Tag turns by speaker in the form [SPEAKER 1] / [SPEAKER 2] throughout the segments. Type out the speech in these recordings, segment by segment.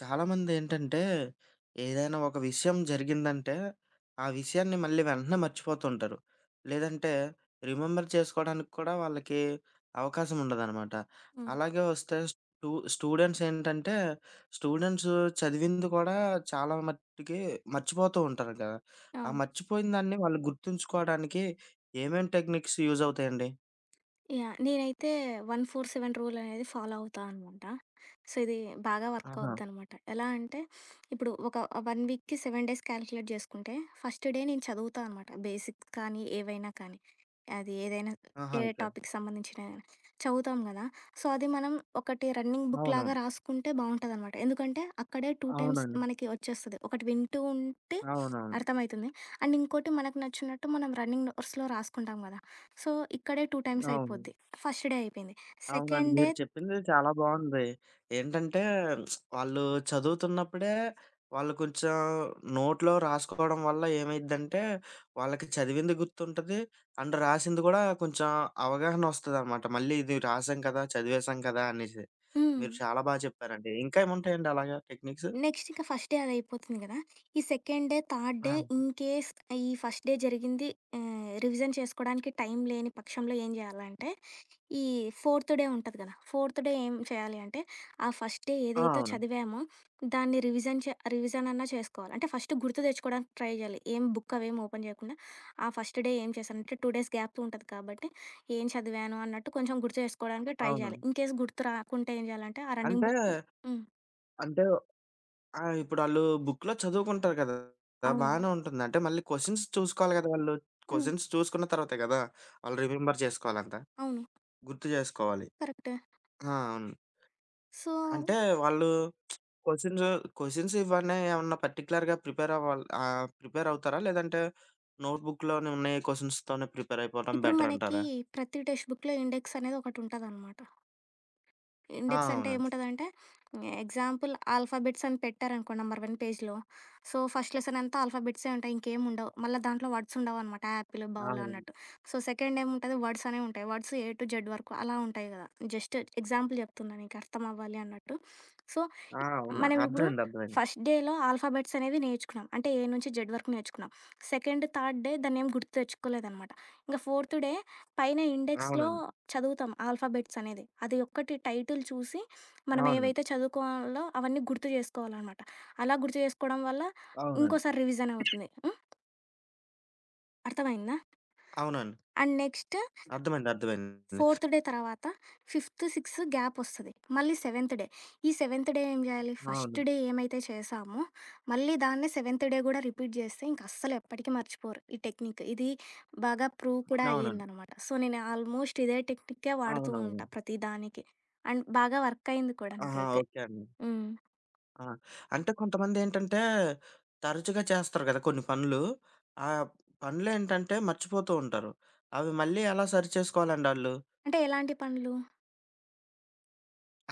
[SPEAKER 1] చాలామందేంటంటే, ఏదైనా ఒక విషయం జరిగిందంటే, ఆ విషయాన్ని మళ్ళీ వెంటనే మర్చిపోతుంటారు. లేదంటే రిమెంబర్ చేసుకోడానికి కూడా వాళ్ళకి అవకాశం ఉండదనమాట.
[SPEAKER 2] హ్మ్.
[SPEAKER 1] అలాగే వస్తే స్టూడెంట్స్ ఏంటంటే, స్టూడెంట్స్ చదివింది కూడా చాలా మట్టుకి మర్చిపోతూ ఉంటారు కదా! ఆ
[SPEAKER 2] అవును.
[SPEAKER 1] మర్చిపోయిన దాన్ని వాళ్ళు గుర్తుంచుకోవడానికి ఏమేం టెక్నిక్స్ యూజ్ అవుతాయండి?
[SPEAKER 2] యాహ్! నేనైతే 1, 4, 7 రూల్ అనేది ఫాలో అవుతా అనమాట. సో, ఇది బాగా వర్క్
[SPEAKER 1] ఆహా!
[SPEAKER 2] అవుద్దనమాట. ఎలా అంటే, ఇప్పుడు ఒక 1 వీక్‌కి 7 డేస్ క్యాలిక్యులేట్ చేసుకుంటే, ఫస్ట్ డే నేను చదువుతా అనమాట. బేసిక్స్ కానీ, ఏవైనా కానీ. అది ఏదైనా
[SPEAKER 1] ఆహా!
[SPEAKER 2] ఏ
[SPEAKER 1] ఓకే.
[SPEAKER 2] టాపిక్‌కి సంబంధించిన చదువుతాం కదా! సో, అది మనం ఒకటి రన్నింగ్ బుక్ లాగా
[SPEAKER 1] అవునవును.
[SPEAKER 2] రాసుకుంటే బావుంటదనమాట. ఎందుకంటే, అక్కడే 2 టైమ్స్
[SPEAKER 1] అవునండి.
[SPEAKER 2] మనకి వచ్చేస్తది. ఒకటి వింటూ ఉంటే
[SPEAKER 1] అవునవును.
[SPEAKER 2] అర్థమయితుంది. అండ్ ఇంకోటి మనకు నచ్చినట్టు మనం రన్నింగ్ నోట్స్‌లో రాసుకుంటాం కదా! సో, ఇక్కడే 2 టైమ్స్
[SPEAKER 1] అవును.
[SPEAKER 2] అయిపోద్ది. ఫస్ట్ డే అయిపోయింది.
[SPEAKER 1] అవునండి.
[SPEAKER 2] సెకండ్ డే
[SPEAKER 1] మీరు చెప్పింది చాలా బావుంది. ఏంటంటే వాళ్ళు చదువుతున్నప్పుడే వాళ్ళు కొంచెం నోట్‌లో రాసుకోవడం వల్ల ఏమైద్దంటే, వాళ్ళకి చదివింది గుర్తుంటది. అండ్ రాసింది గూడా కొంచెం అవగాహనొస్తదనమాట. మళ్ళీ ఇది రాసాం కదా! చదివేసాం కదా! అనేసి.
[SPEAKER 2] హ్మ్.
[SPEAKER 1] మీరు చాలా బా చెప్పారండి. ఇంకా ఏముంటాయండి అలాగా టెక్నిక్స్?
[SPEAKER 2] నెక్స్ట్ ఇంకా ఫస్ట్ డే అదయిపోతుంది గదా! ఈ సెకండ్ డే, థర్డ్
[SPEAKER 1] ఆ!
[SPEAKER 2] డే ఇన్‌కేస్ ఈ ఫస్ట్ డే జరిగింది రివిజన్ చేసుకోడానికి టైం లేని పక్షంలో ఏం జేయాలంటే, ఈ ఫోర్త్ డే ఉంటది గదా! ఫోర్త్ డే ఏం చేయాలి అంటే, ఆ ఫస్ట్ డే
[SPEAKER 1] ఆ!
[SPEAKER 2] ఏదైతే
[SPEAKER 1] అవును.
[SPEAKER 2] చదివామో దాన్ని రివిజన్ అన్నా చేసుకోవాలి. అంటే ఫస్ట్ గుర్తు తెచ్చుకోవడానికి ట్రై జేయాలి. ఏం బుక్ అవేం ఓపెన్ జేయకుండా, ఆ ఫస్ట్ డే ఏం చేశానంటే 2 డేస్ గ్యాప్ ఉంటది కాబట్టి, ఏం చదివాను అన్నట్టు కొంచెం గుర్తు చేసుకోవడానికి ట్రై
[SPEAKER 1] అవును.
[SPEAKER 2] జేయాలి. ఇన్‌కేస్ గుర్తు రాకుంటే ఏం జేయాలంటే, ఆ రన్నింగ్
[SPEAKER 1] అంటే
[SPEAKER 2] బుక్ హ్మ్.
[SPEAKER 1] అంటే ఆ! ఇప్పుడాళ్ళు బుక్‌లో చదువుకుంటారు కదా!
[SPEAKER 2] అవును.
[SPEAKER 1] బానే ఉంటుంది. అంటే మళ్ళీ క్వెషన్స్ చూసుకోవాలి కదా! వాళ్ళు.
[SPEAKER 2] హ్మ్.
[SPEAKER 1] క్వెషన్స్ చూసుకున్న తర్వాతే కదా! వాళ్ళు రిమెంబర్ చేసుకోవాలంతా.
[SPEAKER 2] అవును.
[SPEAKER 1] గుర్తు జేసుకోవాలి.
[SPEAKER 2] కరెక్టే.
[SPEAKER 1] ఆ! అవును.
[SPEAKER 2] సో,
[SPEAKER 1] అంటే వాళ్ళు క్వెషన్స్, క్వెషన్స్ ఇవన్నీ ఏమన్నా పర్టిక్యులర్‌గా ప్రిపేర్ అవ్వాలి ప్రిపేర్ అవుతారా? లేదంటే నోట్‌బుక్‌లోనే ఉన్నాయి క్వెషన్స్‌తోనే ప్రిపేర్ అయిపోవడం
[SPEAKER 2] ఇప్పుడు
[SPEAKER 1] బెటర్
[SPEAKER 2] మనకి
[SPEAKER 1] అంటారా?
[SPEAKER 2] ప్రతి టెక్స్ట్ బుక్‌లో ఇండెక్స్ అనేది ఒకటుంటదనమాట.
[SPEAKER 1] ఆ!
[SPEAKER 2] ఇండెక్స్ అంటే
[SPEAKER 1] అవునండి.
[SPEAKER 2] ఏముంటదంటే ఎగ్జాంపుల్ ఆల్ఫాబెట్స్ అని పెట్టారనుకోండి నంబర్ వన్ పేజ్‌లో. సో, ఫస్ట్ లెసన్ అంతా ఆల్ఫాబెట్సే ఉంటాయి. ఇంకేం ఉండవు. మళ్ళా దాంట్లో వర్డ్స్ ఉండవనమాట. యాపిల్, బౌల్
[SPEAKER 1] అవును.
[SPEAKER 2] అన్నట్టు. సో, సెకండ్ ఏముంటది వర్డ్స్ అనేవి ఉంటాయి. వర్డ్స్ ఏ టు జెడ్ వరకు అలా ఉంటాయి గదా! జస్ట్ ఎగ్జాంపుల్ చెప్తున్నా నీకు అర్థం అవ్వాలి అన్నట్టు. సో,
[SPEAKER 1] ఆ! అవును.
[SPEAKER 2] మనం ఇప్పుడు
[SPEAKER 1] అర్థమైంది. అర్థమైంది.
[SPEAKER 2] ఫస్ట్ డేలో ఆల్ఫాబెట్స్ అనేవి నేర్చుకున్నాం. అంటే ఏ నుంచి జెడ్ వరకు నేర్చుకున్నాం. సెకండ్, థర్డ్ డే దాన్నేం గుర్తు తెచ్చుకోలేదనమాట. ఇంక ఫోర్త్ డే పైన ఇండెక్స్‌లో
[SPEAKER 1] అవునండి.
[SPEAKER 2] చదువుతాం ఆల్ఫాబెట్స్ అనేది. అది ఒక్కటి టైటిల్ చూసి మనం
[SPEAKER 1] అవును.
[SPEAKER 2] ఏవైతే చదువుకోవాలో అవన్నీ గుర్తు చేసుకోవాలనమాట. అలా గుర్తు చేసుకోవడం వల్ల
[SPEAKER 1] అవునండి.
[SPEAKER 2] ఇంకోసారి రివిజన్ అవుతుంది. హ్మ్. అర్థమైందా?
[SPEAKER 1] అవునండి.
[SPEAKER 2] అండ్ నెక్స్ట్
[SPEAKER 1] అర్థమైంది. అర్థమైంది.
[SPEAKER 2] ఫోర్త్ డే తర్వాత ఫిఫ్త్, సిక్స్త్ గ్యాపొస్తది. మళ్ళీ సెవెంత్ డే. ఈ సెవెంత్ డే ఏం జేయాలి?
[SPEAKER 1] అవును.
[SPEAKER 2] ఫస్ట్ డే ఏమైతే చేశామో, మళ్ళీ దాన్నే సెవెంత్ డే గూడా రిపీట్ జేస్తే ఇంక అస్సలు ఎప్పటికి మర్చిపోరు ఈ టెక్నిక్. ఇది బాగా ప్రూవ్ కూడా
[SPEAKER 1] అవునండి.
[SPEAKER 2] అయ్యిందనమాట. సో, నేను ఆల్మోస్ట్ ఇదే టెక్నిక్కే వాడుతూ
[SPEAKER 1] అవునవును.
[SPEAKER 2] ఉంటా ప్రతి దానికి. అండ్ బాగా వర్కయింది కూడా
[SPEAKER 1] ఆహా!
[SPEAKER 2] నాకైతే.
[SPEAKER 1] ఓకే అండి.
[SPEAKER 2] హ్మ్.
[SPEAKER 1] ఆ! అంటే కొంతమందేంటంటే, తరచుగా చేస్తారు గదా కొన్ని పనులు. ఆ పనులేంటంటే మర్చిపోతూ ఉంటారు. అవి మళ్ళీ ఎలా సరిచేసుకోవాలండి ఆళ్ళు?
[SPEAKER 2] అంటే ఎలాంటి పనులు?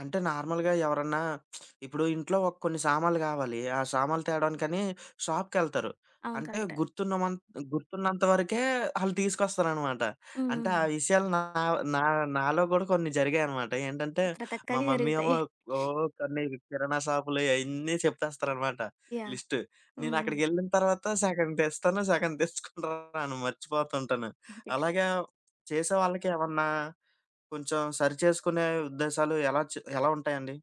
[SPEAKER 1] అంటే నార్మల్‌గా ఎవరన్నా ఇప్పుడు ఇంట్లో ఒక కొన్ని సామాన్లు కావాలి. ఆ సామాన్లు తేడానికని షాప్‌కెళ్తారు.
[SPEAKER 2] అవును.
[SPEAKER 1] అంటే
[SPEAKER 2] కరెక్టే.
[SPEAKER 1] గుర్తున్నంత వరకే ఆళ్ళు తీసుకొస్తారనమాట.
[SPEAKER 2] హ్మ్.
[SPEAKER 1] అంటే
[SPEAKER 2] హ్మ్.
[SPEAKER 1] ఆ విషయాలు నా నా నాలో కూడా కొన్ని జరిగాయనమాట. ఏంటంటే
[SPEAKER 2] ప్రతి
[SPEAKER 1] మా
[SPEAKER 2] ఒక్కరికి
[SPEAKER 1] మమ్మీ ఏమో
[SPEAKER 2] జరుగుతాయి.
[SPEAKER 1] ఓహ్! కొన్ని కిరాణా షాపులు అయన్నీ చెప్పేస్తారనమాట
[SPEAKER 2] యాహ్!
[SPEAKER 1] లిస్టు.
[SPEAKER 2] హ్మ్. హ్మ్.
[SPEAKER 1] నేనక్కడికెళ్ళిన తర్వాత సగం తెస్తాను, సగం తెచ్చుకొని రాను మర్చిపోతుంటాను.
[SPEAKER 2] ఓకే.
[SPEAKER 1] అలాగా చేసేవాళ్ళకి ఏమన్నా కొంచెం సరిచేసుకునే ఉద్దేశాలు ఎలా ఉంటాయండి?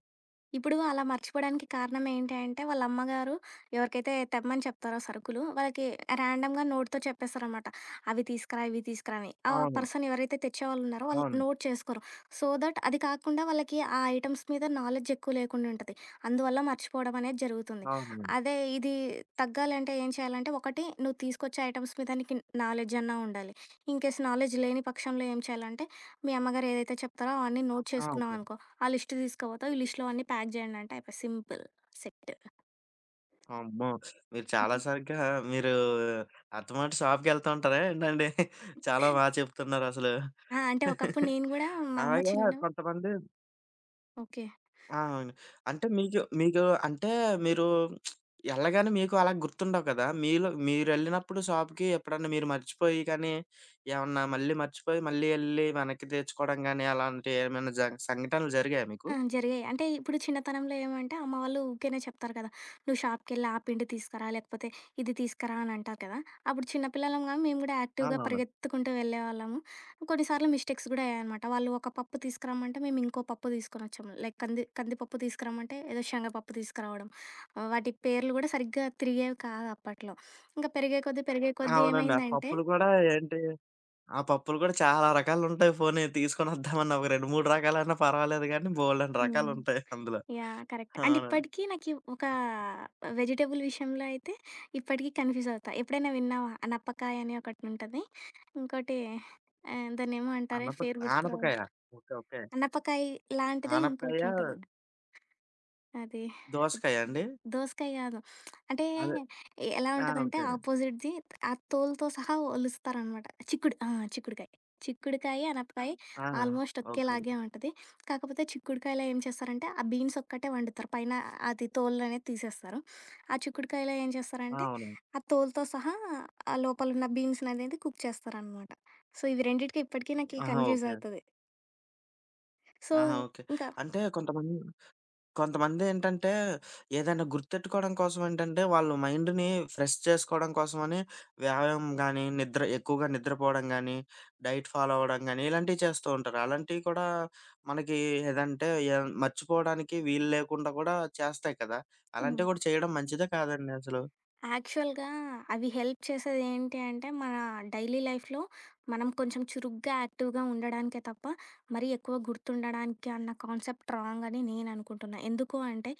[SPEAKER 2] ఇప్పుడు అలా మర్చిపోవడానికి కారణం ఏంటి అంటే, వాళ్ళ అమ్మగారు ఎవరికైతే తెమ్మని చెప్తారో సరుకులు, వాళ్ళకి ర్యాండమ్‌గా నోట్‌తో చెప్పేస్తారనమాట. అవి తీసుకురా, ఇవి తీసుకురా అని. ఆ
[SPEAKER 1] అవును.
[SPEAKER 2] పర్సన్ ఎవరైతే తెచ్చేవాళ్ళు ఉన్నారో వాళ్ళు
[SPEAKER 1] అవును.
[SPEAKER 2] నోట్ చేసుకోరు. సో దట్ అది కాకుండా వాళ్ళకి ఆ ఐటెమ్స్ మీద నాలెడ్జ్ ఎక్కువ లేకుండా ఉంటది. అందువల్ల మర్చిపోవడం అనేది జరుగుతుంది.
[SPEAKER 1] అవునవును.
[SPEAKER 2] అదే ఇది తగ్గాలంటే ఏం చేయాలంటే, ఒకటి నువ్వు తీసుకొచ్చే ఐటెమ్స్ మీద నీకు నాలెడ్జ్ అన్నా ఉండాలి. ఇన్‌కేస్ నాలెడ్జ్ లేని పక్షంలో ఏం చేయాలంటే, మీ అమ్మగారు ఏదైతే చెప్తారో అవన్నీ నోట్
[SPEAKER 1] ఆ! ఓకే.
[SPEAKER 2] చేసుకున్నావనుకో ఆ లిస్ట్ తీసుకపోతావు. ఈ లిస్ట్‌లో అన్నీ ప్యాక్ చేయండి అంటే అయిపాయ్ సింపుల్ సెట్.
[SPEAKER 1] అమ్మో! మీరు చాలా సరిగ్గా మీరు అత్తమాట షాప్‌కెళ్తూ ఉంటారా ఏంటండి? చాలా బా చెప్తున్నారసలు.
[SPEAKER 2] ఆ! అంటే ఒకప్పుడు నేను గూడా మా అమ్మ
[SPEAKER 1] అలాగా
[SPEAKER 2] చిన్న
[SPEAKER 1] కొంతమంది
[SPEAKER 2] ఓకే.
[SPEAKER 1] ఆ! అవును. అంటే మీకు మీకు అంటే మీరు ఎళ్ళగానే మీకు అలా గుర్తుండవు కదా! మీలో మీరెళ్ళినప్పుడు షాప్‌కి ఎప్పుడన్నా మీరు మర్చిపోయి కానీ, ఏమన్నా మళ్ళీ మర్చిపోయి మళ్ళీ ఎళ్లి వెనక్కి తెచ్చుకోవడం గాని, అలాంటి ఏమైనా సంఘటనలు జరిగాయా మీకు?
[SPEAKER 2] ఆ! జరిగాయి. అంటే ఇప్పుడు చిన్నతనంలో ఏమంటే అమ్మ వాళ్ళు ఊకేనే చెప్తారు కదా! "నువ్వు షాప్‌కెళ్ళి ఆ పిండి తీసుకురా, లేకపోతే ఇది తీసుకురా" అని అంటారు కదా! అప్పుడు చిన్నపిల్లలంగా మేము కూడా
[SPEAKER 1] ఆ!
[SPEAKER 2] యాక్టివ్‌గా
[SPEAKER 1] అవును.
[SPEAKER 2] పరిగెత్తుకుంటూ వెళ్ళేవాళ్ళము. కొన్నిసార్లు మిస్టేక్స్ కూడా అయ్యాయన్నమాట. వాళ్ళు ఒక పప్పు తీసుకురమ్మంటే మేము ఇంకో పప్పు తీసుకొని వచ్చాము. లైక్ కంది కందిపప్పు తీసుకురమ్మంటే ఏదో శనగపప్పు తీసుకురావడం. వాటి పేర్లు కూడా సరిగ్గా తిరిగేవి కాదు అప్పట్లో. ఇంకా పెరిగే కొద్దీ పెరిగే కొద్దీ
[SPEAKER 1] అవునండి. ఆ
[SPEAKER 2] ఏమైందంటే
[SPEAKER 1] పప్పులు కూడా ఏంటి ఆ పప్పులు కూడా చాలా రకాలుంటాయి. పోనీ తీసుకొనొద్దామన్నా ఒక 2, 3 రకాలన్నా పర్వాలేదు గానీ, బోలెడన్ని
[SPEAKER 2] హ్మ్.
[SPEAKER 1] రకాలుంటాయి అందులో.
[SPEAKER 2] యాహ్! కరెక్ట్. అండ్
[SPEAKER 1] అవునండి.
[SPEAKER 2] ఇప్పటికి నాకి ఒక వెజిటబుల్ విషయంలో అయితే ఇప్పటికి కన్‌ఫ్యూజ్ అవుతా. ఎప్పుడైనా విన్నావా? అనపకాయ అని ఒకటుంటది. ఇంకోటి దాన్నేమో అంటారే
[SPEAKER 1] అనప
[SPEAKER 2] పేరు గుర్తు
[SPEAKER 1] ఆనపకాయ.
[SPEAKER 2] రావట్లే.
[SPEAKER 1] ఓకే. ఓకే.
[SPEAKER 2] అనపకాయ లాంటిదే
[SPEAKER 1] ఆనపకాయ,
[SPEAKER 2] ఇంకోటుంటది. అది
[SPEAKER 1] దోసకాయ అండి?
[SPEAKER 2] దోసకాయ గాదు. అంటే
[SPEAKER 1] అదే.
[SPEAKER 2] ఎలా
[SPEAKER 1] ఆ!
[SPEAKER 2] ఉంటదంటే
[SPEAKER 1] ఓకే అండి.
[SPEAKER 2] ఆపోజిట్‌ది ఆ తోలుతో సహా ఒలుస్తారనమాట. చిక్కుడు ఆ! చిక్కుడుకాయ. చిక్కుడుకాయ, అనపకాయ
[SPEAKER 1] ఆ!
[SPEAKER 2] ఆల్మోస్ట్
[SPEAKER 1] ఓకే అండి.
[SPEAKER 2] ఒకేలాగే ఉంటది. కాకపోతే చిక్కుడుకాయలో ఏం చేస్తారంటే, ఆ బీన్స్ ఒక్కటే వండుతారు. పైన అది తోలనేది తీసేస్తారు. ఆ చిక్కుడుకాయలో ఏం
[SPEAKER 1] ఆ!
[SPEAKER 2] చేస్తారంటే,
[SPEAKER 1] అవును.
[SPEAKER 2] ఆ తోలుతో సహా ఆ లోపలున్న బీన్స్‌ననేది కుక్ చేస్తారనమాట. సో, ఇవి రెండిటికి ఇప్పటికి నాకి
[SPEAKER 1] ఆహా!
[SPEAKER 2] Confuse
[SPEAKER 1] okay.
[SPEAKER 2] అవుతది. సో,
[SPEAKER 1] ఆహా! ఓకే.
[SPEAKER 2] ఇంకా
[SPEAKER 1] అంటే కొంతమంది కొంతమందేంటంటే ఏదైనా గుర్తెట్టుకోవడం కోసం ఏంటంటే వాళ్ళు మైండ్‌ని ఫ్రెష్ చేసుకోవడం కోసమని వ్యాయామం గాని, నిద్ర ఎక్కువగా నిద్రపోవడం గాని, డైట్ ఫాలో అవ్వడం గాని ఇలాంటివి చేస్తూ ఉంటారు. అలాంటివి కూడా మనకి ఏదంటే ఏ మర్చిపోవడానికి వీలు లేకుండా కూడా చేస్తాయి కదా!
[SPEAKER 2] హ్మ్.
[SPEAKER 1] అలాంటివి కూడా చేయడం మంచిదా కాదండి అసలు?
[SPEAKER 2] యాక్చువల్‌గా అవి హెల్ప్ చేసేదేంటి అంటే, మన డైలీ లైఫ్‌లో మనం కొంచెం చురుగ్గా, యాక్టివ్‌గా ఉండడానికే తప్ప, మరీ ఎక్కువ గుర్తుండడానికి అన్న కాన్సెప్ట్ రాంగ్ అని నేననుకుంటున్నా. ఎందుకు అంటే,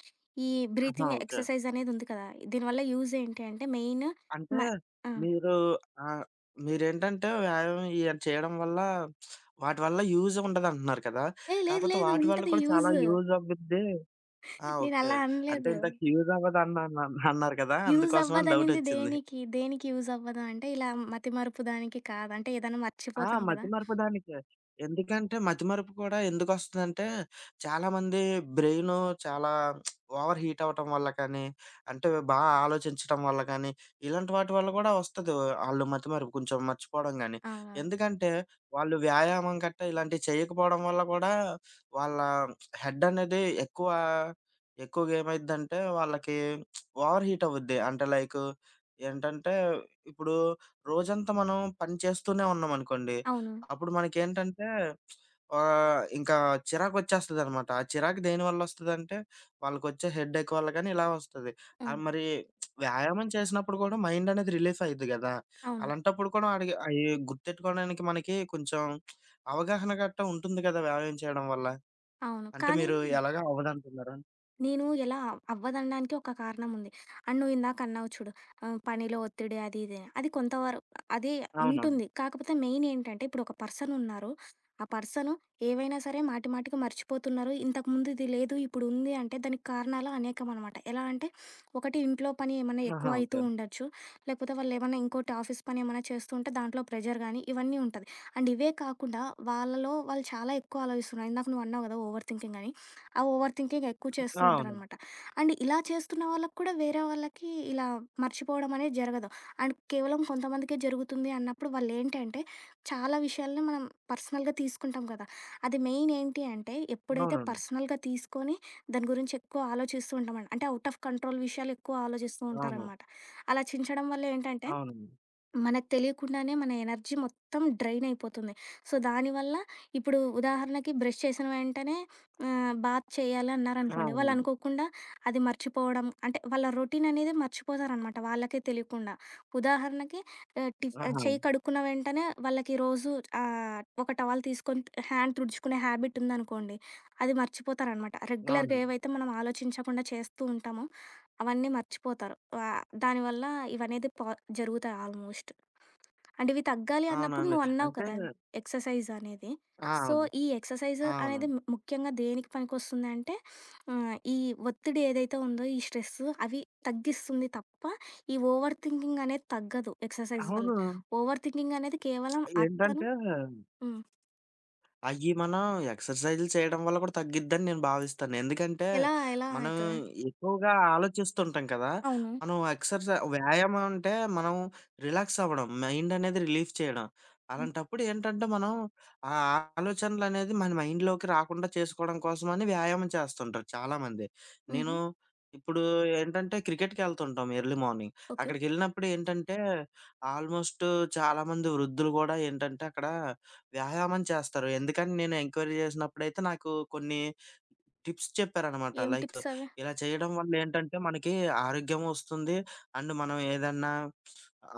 [SPEAKER 2] ఈ
[SPEAKER 1] ఆహా!
[SPEAKER 2] Breathing
[SPEAKER 1] okay.
[SPEAKER 2] ఎక్సర్సైజ్ అనేదుంది కదా! దీనివల్ల యూజ్ ఏంటి అంటే, మెయిన్
[SPEAKER 1] అంటే
[SPEAKER 2] కాదు. ఆ!
[SPEAKER 1] మీరు ఆహ్, మీరేంటంటే వ్యాయామం ఇయన్నీ చేయడం వల్ల వాటి వల్ల యూజ్ ఉండదంటున్నారు కదా!
[SPEAKER 2] ఏహ్! లేదు,
[SPEAKER 1] కాపోతే
[SPEAKER 2] లేదు.
[SPEAKER 1] వాటి వల్ల
[SPEAKER 2] ఉంటది
[SPEAKER 1] కూడా చాలా
[SPEAKER 2] యూజ్.
[SPEAKER 1] యూజ్ అవ్విద్ది. ఆ! ఓకే.
[SPEAKER 2] నేనలా
[SPEAKER 1] అంటే
[SPEAKER 2] అనలేదు.
[SPEAKER 1] ఇందాక యూజ్ అవ్వదన్నాను అన్నారు కదా!
[SPEAKER 2] యూజ్
[SPEAKER 1] అందుకోసమని
[SPEAKER 2] అవ్వదనింది
[SPEAKER 1] డౌటొచ్చింది.
[SPEAKER 2] దేనికి? దేనికి యూజ్ అవ్వదు అంటే, ఇలా మతిమరుపు దానికి కాదు. అంటే ఏదైనా
[SPEAKER 1] ఆ!
[SPEAKER 2] మర్చిపోతాం కదా!
[SPEAKER 1] మతిమరపు దానికే. ఎందుకంటే మతిమరుపు కూడా ఎందుకొస్తదంటే, చాలామంది బ్రెయిను చాలా ఓవర్ హీట్ అవ్వటం వల్ల కానీ, అంటే బాగా ఆలోచించటం వల్ల కానీ, ఇలాంటి వాటి వల్ల కూడా వస్తది. ఆళ్ళు మతిమరుపు కొంచెం మర్చిపోవడం గాని.
[SPEAKER 2] అవును.
[SPEAKER 1] ఎందుకంటే వాళ్ళు వ్యాయామం గట్టా ఇలాంటివి చేయకపోవడం వల్ల కూడా వాళ్ళ హెడ్ అనేది ఎక్కువ ఎక్కువగా ఏమైద్దంటే వాళ్ళకి ఓవర్ హీట్ అవ్వుద్ది. అంటే లైకు ఏంటంటే ఇప్పుడు రోజంతా మనం పని చేస్తూనే ఉన్నామనుకోండి,
[SPEAKER 2] అవునవును. అవును.
[SPEAKER 1] అప్పుడు మనకేంటంటే ఇంకా చిరాకొచ్చేస్తదనమాట. ఆ చిరాకు దేనివల్ల వస్తదంటే, వాళ్ళకొచ్చే హెడేక్ వల్ల గాని, ఇలా వస్తది.
[SPEAKER 2] హ్మ్.
[SPEAKER 1] మరి వ్యాయామం చేసినప్పుడు కూడా మైండ్ అనేది రిలీఫ్ అయిద్ది గదా!
[SPEAKER 2] అవును.
[SPEAKER 1] అలాంటప్పుడు కూడా అడిగి అయి గుర్తెట్టుకోవడానికి మనకి కొంచెం అవగాహన గట్టా ఉంటుంది కదా! వ్యాయామం చేయడం వల్ల.
[SPEAKER 2] అవును.
[SPEAKER 1] అంటే
[SPEAKER 2] కానీ
[SPEAKER 1] మీరు ఎలాగో అవ్వదంటున్నారు.
[SPEAKER 2] నేను ఎలా అవ్వదనడానికి ఒక కారణం ఉంది. అండ్ నువ్వు ఇందాక అన్నావు చూడు పనిలో ఒత్తిడి అది ఇది అని. అది కొంతవరకు అది
[SPEAKER 1] అవునవును.
[SPEAKER 2] ఉంటుంది. కాకపోతే మెయిన్ ఏంటంటే ఇప్పుడు ఒక పర్సన్ ఉన్నారు. ఆ పర్సన్ ఏవైనా సరే మాటి మాటికి మర్చిపోతున్నారు. ఇంతకుముందు ఇది లేదు ఇప్పుడు ఉంది అంటే దానికి కారణాలు అనేకమనమాట. ఎలా అంటే ఒకటి ఇంట్లో పని ఏమన్నా ఎక్కువ
[SPEAKER 1] ఆహా!
[SPEAKER 2] అయితూ
[SPEAKER 1] ఓకే.
[SPEAKER 2] ఉండొచ్చు. లేకపోతే వాళ్ళు ఏమన్నా ఇంకోటి ఆఫీస్ పని ఏమన్నా చేస్తూ ఉంటే దాంట్లో ప్రెషర్ గానీ ఇవన్నీ ఉంటది. అండ్ ఇవే కాకుండా వాళ్ళలో వాళ్ళు చాలా ఎక్కువ ఆలోచిస్తున్నారు. ఇందాక నువ్వు అన్నావు కదా! ఓవర్ థింకింగ్ అని. ఆ ఓవర్ థింకింగ్ ఎక్కువ చేస్తూ
[SPEAKER 1] అవును.
[SPEAKER 2] ఉంటారనమాట. అండ్ ఇలా చేస్తున్న వాళ్ళకి కూడా వేరే వాళ్ళకి ఇలా మర్చిపోవడం అనేది జరగదు. అండ్ కేవలం కొంతమందికే జరుగుతుంది అన్నప్పుడు వాళ్ళేంటంటే, చాలా విషయాల్ని మనం పర్సనల్‌గా తీసుకుంటాం కదా! అది మెయిన్ ఏంటి అంటే, ఎప్పుడైతే
[SPEAKER 1] అవునండి.
[SPEAKER 2] పర్సనల్‌గా తీసుకొని దాని గురించి ఎక్కువ ఆలోచిస్తూ ఉంటామని అంటే, ఔట్ ఆఫ్ కంట్రోల్ విషయాలు ఎక్కువ ఆలోచిస్తూ
[SPEAKER 1] అవును.
[SPEAKER 2] ఉంటారనమాట. అలా చించడం వల్ల ఏంటంటే
[SPEAKER 1] అవును.
[SPEAKER 2] మనకు తెలియకుండానే మన ఎనర్జీ మొత్తం డ్రైన్ అయిపోతుంది. సో, దానివల్ల ఇప్పుడు ఉదాహరణకి బ్రష్ చేసిన వెంటనే బాత్ చేయాలి అన్నారనుకోండి. వాళ్ళు
[SPEAKER 1] అవునండి.
[SPEAKER 2] అనుకోకుండా అది మర్చిపోవడం అంటే వాళ్ళ రొటీన్ అనేది మర్చిపోతారనమాట వాళ్ళకే తెలియకుండా. ఉదాహరణకి ఆహ్, టిఫ్
[SPEAKER 1] ఆహా!
[SPEAKER 2] చేయి కడుక్కున్న వెంటనే వాళ్ళకి రోజు ఒక టవల్ తీసుకొని హ్యాండ్ తుడుచుకునే హ్యాబిట్ ఉందనుకోండి. అది మర్చిపోతారనమాట. రెగ్యులర్‌గా
[SPEAKER 1] అవునండి.
[SPEAKER 2] ఏవైతే మనం ఆలోచించకుండా చేస్తూ ఉంటామో అవన్నీ మర్చిపోతారు. దానివల్ల ఇవనేది పా జరుగుతాయి ఆల్మోస్ట్. అంటే ఇవి తగ్గాలి అన్నప్పుడు
[SPEAKER 1] అవునండి.
[SPEAKER 2] నువ్వు అన్నావు
[SPEAKER 1] అంటే
[SPEAKER 2] కదా ఎక్సర్సైజ్ అనేది.
[SPEAKER 1] ఆ!
[SPEAKER 2] సో,
[SPEAKER 1] అవును.
[SPEAKER 2] ఈ ఎక్సర్సైజ్
[SPEAKER 1] అవును.
[SPEAKER 2] అనేది ముఖ్యంగా దేనికి పనికొస్తుంది అంటే ఈ ఒత్తిడి ఏదైతే ఉందో ఈ స్ట్రెస్ అవి తగ్గిస్తుంది తప్ప ఈ ఓవర్ థింకింగ్ అనేది తగ్గదు ఎక్సర్సైజ్ వల్ల.
[SPEAKER 1] అవును.
[SPEAKER 2] ఓవర్ థింకింగ్ అనేది కేవలం
[SPEAKER 1] ఏంటంటే
[SPEAKER 2] అతను హ్మ్.
[SPEAKER 1] అయ్యి మనం ఎక్సర్‌సైజులు చేయడం వల్ల కూడా తగ్గిద్దని నేను భావిస్తాను. ఎందుకంటే,
[SPEAKER 2] ఎలా ఎలా
[SPEAKER 1] మనం
[SPEAKER 2] అయితది?
[SPEAKER 1] ఎక్కువగా ఆలోచిస్తుంటాం కదా!
[SPEAKER 2] అవును.
[SPEAKER 1] మనం వ్యాయామం అంటే మనం రిలాక్స్ అవ్వడం, మైండ్ అనేది రిలీఫ్ చేయడం.
[SPEAKER 2] హ్మ్.
[SPEAKER 1] అలాంటప్పుడు ఏంటంటే, మనం ఆ ఆలోచనలనేది మన మైండ్‌లోకి రాకుండా చేసుకోవడం కోసమని వ్యాయామం చేస్తుంటారు చాలామంది. నేను
[SPEAKER 2] హుహు.
[SPEAKER 1] ఇప్పుడు ఏంటంటే క్రికెట్‌కెళ్తుంటాం ఎర్లీ మార్నింగ్.
[SPEAKER 2] ఓకే.
[SPEAKER 1] అక్కడికెళ్ళినప్పుడు ఏంటంటే, ఆల్‌మోస్ట్ చాలామంది వృద్ధులు గూడా ఏంటంటే అక్కడ వ్యాయామం చేస్తారు. ఎందుకని నేను ఎంక్వైరీ చేసినప్పుడైతే నాకు కొన్ని టిప్స్ చెప్పారనమాట.
[SPEAKER 2] ఏం
[SPEAKER 1] లైక్
[SPEAKER 2] టిప్స్ అవి?
[SPEAKER 1] ఇలా చేయడం వల్ల ఏంటంటే మనకి ఆరోగ్యం వస్తుంది. అండ్ మనం ఏదన్నా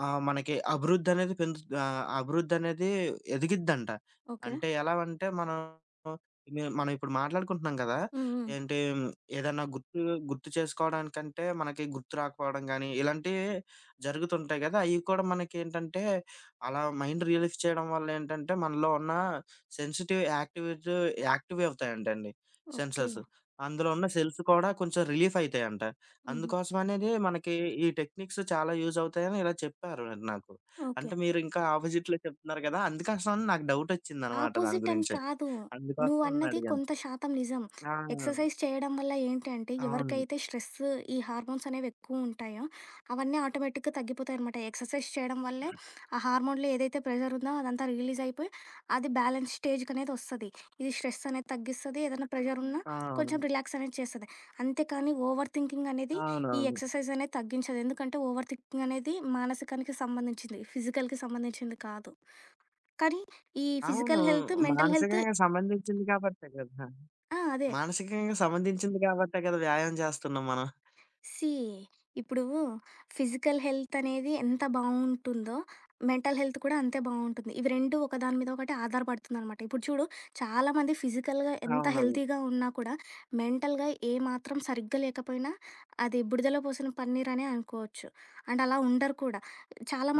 [SPEAKER 1] ఆ! మనకి అభివృద్ధనేది ఎదిగిద్దంట.
[SPEAKER 2] ఓకే.
[SPEAKER 1] అంటే ఎలావంటే మనం ఇప్పుడు మాట్లాడుకుంటున్నాం గదా!
[SPEAKER 2] హ్మ్. హ్మ్.
[SPEAKER 1] ఏంటి ఏదన్నా గుర్తు గుర్తు చేసుకోవడానికంటే మనకి గుర్తు రాకపోవడం గానీ, ఇలాంటివి జరుగుతుంటాయి గదా! అయి కూడా మనకేంటంటే అలా మైండ్ రిలీఫ్ చేయడం వల్ల ఏంటంటే మనలో ఉన్న సెన్సిటివ్ యాక్టివిటీ యాక్టివ్ అవుతాయంటండి
[SPEAKER 2] ఓకే.
[SPEAKER 1] సెన్సెస్. అందులో ఉన్న సెల్స్ కూడా కొంచెం రిలీఫ్ అయితాయంట.
[SPEAKER 2] హుహు.
[SPEAKER 1] అందుకోసమనేదే మనకి ఈ టెక్నిక్స్ చాలా యూజ్ అవుతాయని ఇలా చెప్పారు నాకు.
[SPEAKER 2] ఓకే.
[SPEAKER 1] అంటే మీరు ఇంకా ఆపోజిట్‌లో చెప్తున్నారు కదా! అందుకోసమని నాకు డౌటొచ్చిందనమాట దాని
[SPEAKER 2] ఆపోజిట్ అని
[SPEAKER 1] గురించి.
[SPEAKER 2] కాదు.
[SPEAKER 1] అందుకోసమని
[SPEAKER 2] నువ్వన్నది
[SPEAKER 1] అడిగాను.
[SPEAKER 2] కొంత శాతం నిజం.
[SPEAKER 1] ఆ!
[SPEAKER 2] ఎక్సర్‌సైజ్ చేయడం వల్ల ఏంటంటే,
[SPEAKER 1] అవును.
[SPEAKER 2] ఎవరికైతే స్ట్రెస్, ఈ హార్మోన్స్ అనేవి ఎక్కువుంటాయో, అవన్నీ ఆటోమేటిక్‌గా తగ్గిపోతాయనమాట. ఎక్సర్‌సైజ్ చేయడం వల్లే ఆ హార్మోన్‌లో ఏదైతే ప్రెషర్ ఉందో అదంతా రిలీజ్ అయిపోయి, అది బ్యాలెన్స్ స్టేజ్‌కనేది ఒస్తది. ఇది స్ట్రెస్ అనేది తగ్గిస్తది. ఏదైనా ప్రెషర్ ఉన్నా
[SPEAKER 1] ఆ!
[SPEAKER 2] కొంచెం
[SPEAKER 1] అవును.
[SPEAKER 2] రిలాక్స్ అనేది చేస్తది. అంతేకానీ ఓవర్ థింకింగ్ అనేది ఈ
[SPEAKER 1] అవునవును.
[SPEAKER 2] ఎక్సర్‌సైజ్ అనేది తగ్గించదు. ఎందుకంటే, ఓవర్ థింకింగ్ అనేది మానసికానికి సంబంధించింది. ఫిజికల్‌కి సంబంధించింది కాదు. కానీ ఈ
[SPEAKER 1] అవును.
[SPEAKER 2] ఫిజికల్ హెల్త్, మెంటల్ హెల్త్
[SPEAKER 1] మానసికంగా సంబంధించింది కాబట్టే కదా!
[SPEAKER 2] ఆ! అదే.
[SPEAKER 1] మానసికంగా సంబంధించింది కాబట్టే కదా వ్యాయామం చేస్తున్నాం మనం.
[SPEAKER 2] సీ ఇప్పుడు ఫిజికల్ హెల్త్ అనేది ఎంత బావుంటుందో, మెంటల్ హెల్త్ కూడా అంతే బావుంటుంది. ఇవి 2 ఒకదాని మీద ఒకటి ఆధారపడుతుందనమాట. ఇప్పుడు చూడు చాలామంది ఫిజికల్‌గా ఎంత
[SPEAKER 1] అవునవును.
[SPEAKER 2] హెల్తీగా ఉన్నా కూడా మెంటల్‌గా ఏమాత్రం సరిగ్గా లేకపోయినా అది బుడిదలో పోసిన పన్నీర్ అనే అనుకోవచ్చు. అండ్ అలా ఉండరు కూడా.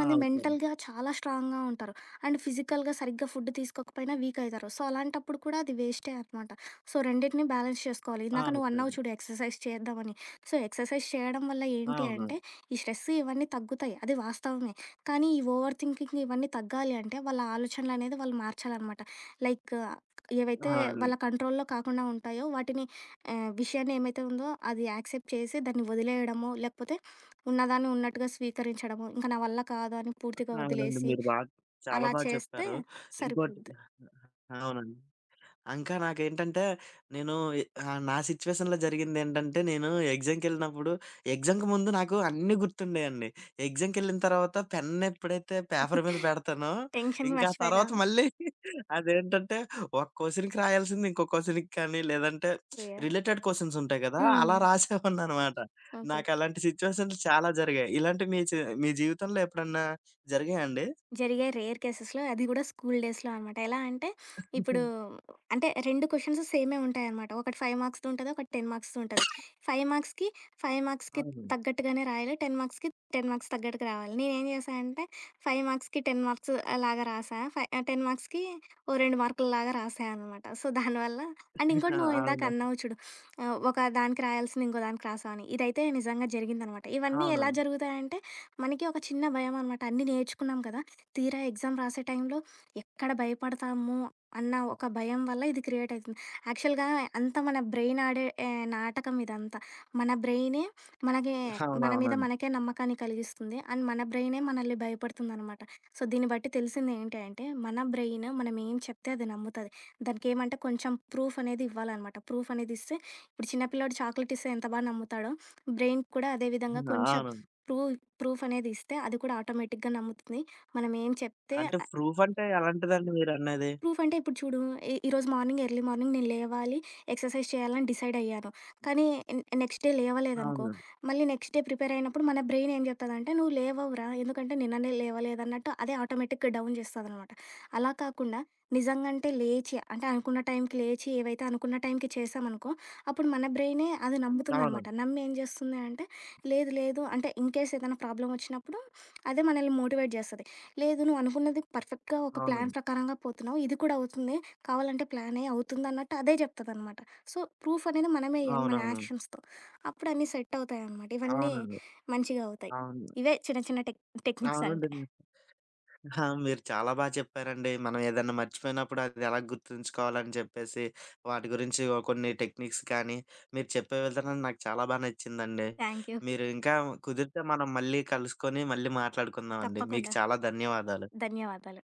[SPEAKER 1] ఆ! అవుతారు.
[SPEAKER 2] మెంటల్‌గా చాలా స్ట్రాంగ్‌గా ఉంటారు. అండ్ ఫిజికల్‌గా సరిగ్గా ఫుడ్ తీసుకోకపోయినా వీక్ అయితారు. సో, అలాంటప్పుడు కూడా అది వేస్టే అనమాట. సో, రెండిటిని బ్యాలెన్స్ చేసుకోవాలి.
[SPEAKER 1] ఆ!
[SPEAKER 2] ఇందాక నువ్వు
[SPEAKER 1] అవుతారు.
[SPEAKER 2] అన్నావు చూడు ఎక్సర్‌సైజ్ చేద్దామని. సో, ఎక్సర్సైజ్ చేయడం వల్ల ఏంటి
[SPEAKER 1] అవునవును.
[SPEAKER 2] అంటే, ఈ స్ట్రెస్ ఇవన్నీ తగ్గుతాయి. అది వాస్తవమే. కానీ, ఈ ఓవర్ థింకింగ్ ఇవన్నీ తగ్గాలి అంటే, వాళ్ళ ఆలోచనలనేది వాళ్ళు మార్చాలనమాట. లైక్ ఏవైతే
[SPEAKER 1] అవును.
[SPEAKER 2] వాళ్ళ కంట్రోల్‌లో కాకుండా ఉంటాయో, వాటిని విషయాన్ని ఏమైతే ఉందో అది యాక్సెప్ట్ చేసి, దాన్ని వదిలేయడమో, లేకపోతే ఉన్నదాన్ని ఉన్నట్టుగా స్వీకరించడమో, ఇంక నా వల్ల కాదు అని పూర్తిగా
[SPEAKER 1] అవునండి.
[SPEAKER 2] వదిలేసి,
[SPEAKER 1] మీరు బా చాలా
[SPEAKER 2] అలా
[SPEAKER 1] బా
[SPEAKER 2] చేస్తే
[SPEAKER 1] చెప్పారు. ఇంకోటి
[SPEAKER 2] సరిపోద్ది.
[SPEAKER 1] అవునండి. ఇంకా నాకేంటంటే నేను నా సిట్యుయేషన్‌లో జరిగిందేంటంటే, నేను ఎగ్జామ్‌కెళ్ళినప్పుడు ఎగ్జామ్‌కి ముందు నాకు అన్నీ గుర్తుండేయండి. ఎగ్జామ్‌కెళ్ళిన తర్వాత పెన్ ఎప్పుడైతే పేపర్ మీద పెడతానో,
[SPEAKER 2] టెన్షన్
[SPEAKER 1] ఇంకా ఆ
[SPEAKER 2] మర్చిపోయినా.
[SPEAKER 1] తర్వాత మళ్ళీ అదేంటంటే ఒక క్వెషన్‌కి రాయాల్సింది ఇంకో క్వెషన్‌కి కానీ, లేదంటే
[SPEAKER 2] ప్రియా.
[SPEAKER 1] రిలేటెడ్ క్వెషన్స్ ఉంటాయి కదా!
[SPEAKER 2] హ్మ్.
[SPEAKER 1] అలా రాసేవాడిననమాట.
[SPEAKER 2] ఓకే.
[SPEAKER 1] నాకు అలాంటి సిట్యుయేషన్స్ చాలా జరిగాయి. ఇలాంటివి మీ జీవితంలో ఎప్పుడన్నా జరిగాయా అండి?
[SPEAKER 2] జరిగే రేర్ కేసెస్‌లో అది గూడా స్కూల్ డేస్‌లో అనమాట. ఎలా అంటే ఇప్పుడు అంటే 2 క్వెషన్స్ సేమే ఉంటాయనమాట. ఒకటి 5 మార్క్స్‌ది ఉంటది. ఒకటి 10 మార్క్స్‌ది ఉంటది. 5 మార్క్స్‌కి 5 మార్క్స్‌కి
[SPEAKER 1] అవును.
[SPEAKER 2] తగ్గట్టుగానే రాయాలి. 10 మార్క్స్‌కి 10 మార్క్స్ తగ్గట్టుగా రావాలి. నేనేం చేశా అంటే 5 మార్క్స్‌కి 10 మార్క్స్ లాగా రాసా. ఫై 10 మార్క్స్‌కి ఓ 2 మార్కుల్లాగా రాసా అనమాట. సో, దానివల్ల అండ్
[SPEAKER 1] ఆ!
[SPEAKER 2] ఇంకోటి నువ్వు ఇందాక
[SPEAKER 1] అవును.
[SPEAKER 2] అన్నావు చూడు. ఒక దానికి రాయాల్సింది ఇంకో దానికి రాసావు అని. ఇదైతే నిజంగా జరిగిందనమాట. ఇవన్నీ ఎలా
[SPEAKER 1] అవునవును.
[SPEAKER 2] జరుగుతాయంటే మనకి ఒక చిన్న భయం అనమాట. అన్నీ నేర్చుకున్నాం కదా! తీరా ఎగ్జామ్ రాసే టైంలో ఎక్కడ భయపడతాము అన్న ఒక భయం వల్ల ఇది క్రియేట్ అవుతుంది యాక్చువల్గా అంతా మన బ్రెయిన్ ఆడే ఏ, నాటకం ఇదంతా మన బ్రెయినే మనకి మన మీద
[SPEAKER 1] అవునవునండి.
[SPEAKER 2] మనకే నమ్మకాన్ని కలిగిస్తుంది అండ్ మన బ్రెయినే మనల్ని భయపడుతుంది అనమాట సో దీన్ని బట్టి తెలిసింది ఏంటి అంటే మన బ్రెయిన్ మనం ఏం చెప్తే అది నమ్ముతుంది దానికి ఏమంటే కొంచెం ప్రూఫ్ అనేది ఇవ్వాలన్నమాట ప్రూఫ్ అనేది ఇస్తే ఇప్పుడు చిన్నపిల్లాడు చాక్లెట్ ఇస్తే ఎంత బాగా నమ్ముతాడో బ్రెయిన్ కూడా అదే విధంగా
[SPEAKER 1] హ్మ్.
[SPEAKER 2] కొంచెం
[SPEAKER 1] అవునండి.
[SPEAKER 2] ప్రూఫ్ ప్రూఫ్ అనేది ఇస్తే అది కూడా ఆటోమేటిక్గా నమ్ముతుంది మనం ఏం చెప్తే
[SPEAKER 1] అంటే ప్రూఫ్ అంటే ఎలాంటిదండి మీరన్నది?
[SPEAKER 2] ప్రూఫ్ అంటే ఇప్పుడు చూడు ఈ ఈరోజు మార్నింగ్ ఎర్లీ మార్నింగ్ నేను లేవాలి, ఎక్సర్సైజ్ చేయాలని డిసైడ్ అయ్యాను. కానీ నెక్స్ట్ డే లేవలేదనుకో,
[SPEAKER 1] అవునండి.
[SPEAKER 2] మళ్ళీ నెక్స్ట్ డే ప్రిపేర్ అయినప్పుడు మన బ్రెయిన్ ఏం చెప్తదంటే, "నువ్వు లేవవురా! ఎందుకంటే నిన్ననే లేవలేదన్నట్టు" అదే ఆటోమేటిక్‌గా డౌన్ చేస్తదనమాట. అలా కాకుండా నిజంగంటే లేచి అంటే అనుకున్న టైంకి లేచి ఏవైతే అనుకున్న టైంకి చేశామనుకో, అప్పుడు మన బ్రెయినే అది నమ్ముతుందనమాట.
[SPEAKER 1] అవునండి.
[SPEAKER 2] నమ్మి ఏం చేస్తుంది అంటే, లేదు లేదు అంటే ఇన్‌కేస్ ఏదైనా ప్రాబ్లమ్ వచ్చినప్పుడు అదే మనల్ని మోటివేట్ చేస్తది. లేదు నువ్వు అనుకున్నది పర్ఫెక్ట్‌గా ఒక ప్లాన్
[SPEAKER 1] అవునండి.
[SPEAKER 2] ప్రకారంగా పోతున్నావు. ఇది కూడా అవుతుంది. కావాలంటే ప్లాన్ ఏ అవుతుందన్నట్టు అదే చెప్తదనమాట. సో, ప్రూఫ్ అనేది మనమే ఇయ్యాలి మన
[SPEAKER 1] అవునవును.
[SPEAKER 2] యాక్షన్స్‌తో. అప్పుడు అన్నీ సెట్ అవుతాయనమాట. ఇవన్నీ
[SPEAKER 1] అవునండి.
[SPEAKER 2] మంచిగా అవుతాయి.
[SPEAKER 1] అవును.
[SPEAKER 2] ఇవే చిన్న చిన్న టెక్నిక్స్
[SPEAKER 1] అవునండి.
[SPEAKER 2] అంటే.
[SPEAKER 1] ఆ! మీరు చాలా బా చెప్పారండి. మనం ఏదన్నా మర్చిపోయినప్పుడు అది ఎలా గుర్తుంచుకోవాలని చెప్పేసి, వాటి గురించి ఓ కొన్ని టెక్నిక్స్ కానీ, మీరు చెప్పే విధానం నాకు చాలా బా నచ్చిందండి.
[SPEAKER 2] Thank you.
[SPEAKER 1] మీరు ఇంకా కుదిరితే మనం మళ్ళీ కలుసుకొని మళ్ళీ మాట్లాడుకుందామండి. మీకు
[SPEAKER 2] తప్పకుండా.
[SPEAKER 1] చాలా ధన్యవాదాలు.
[SPEAKER 2] ధన్యవాదాలు.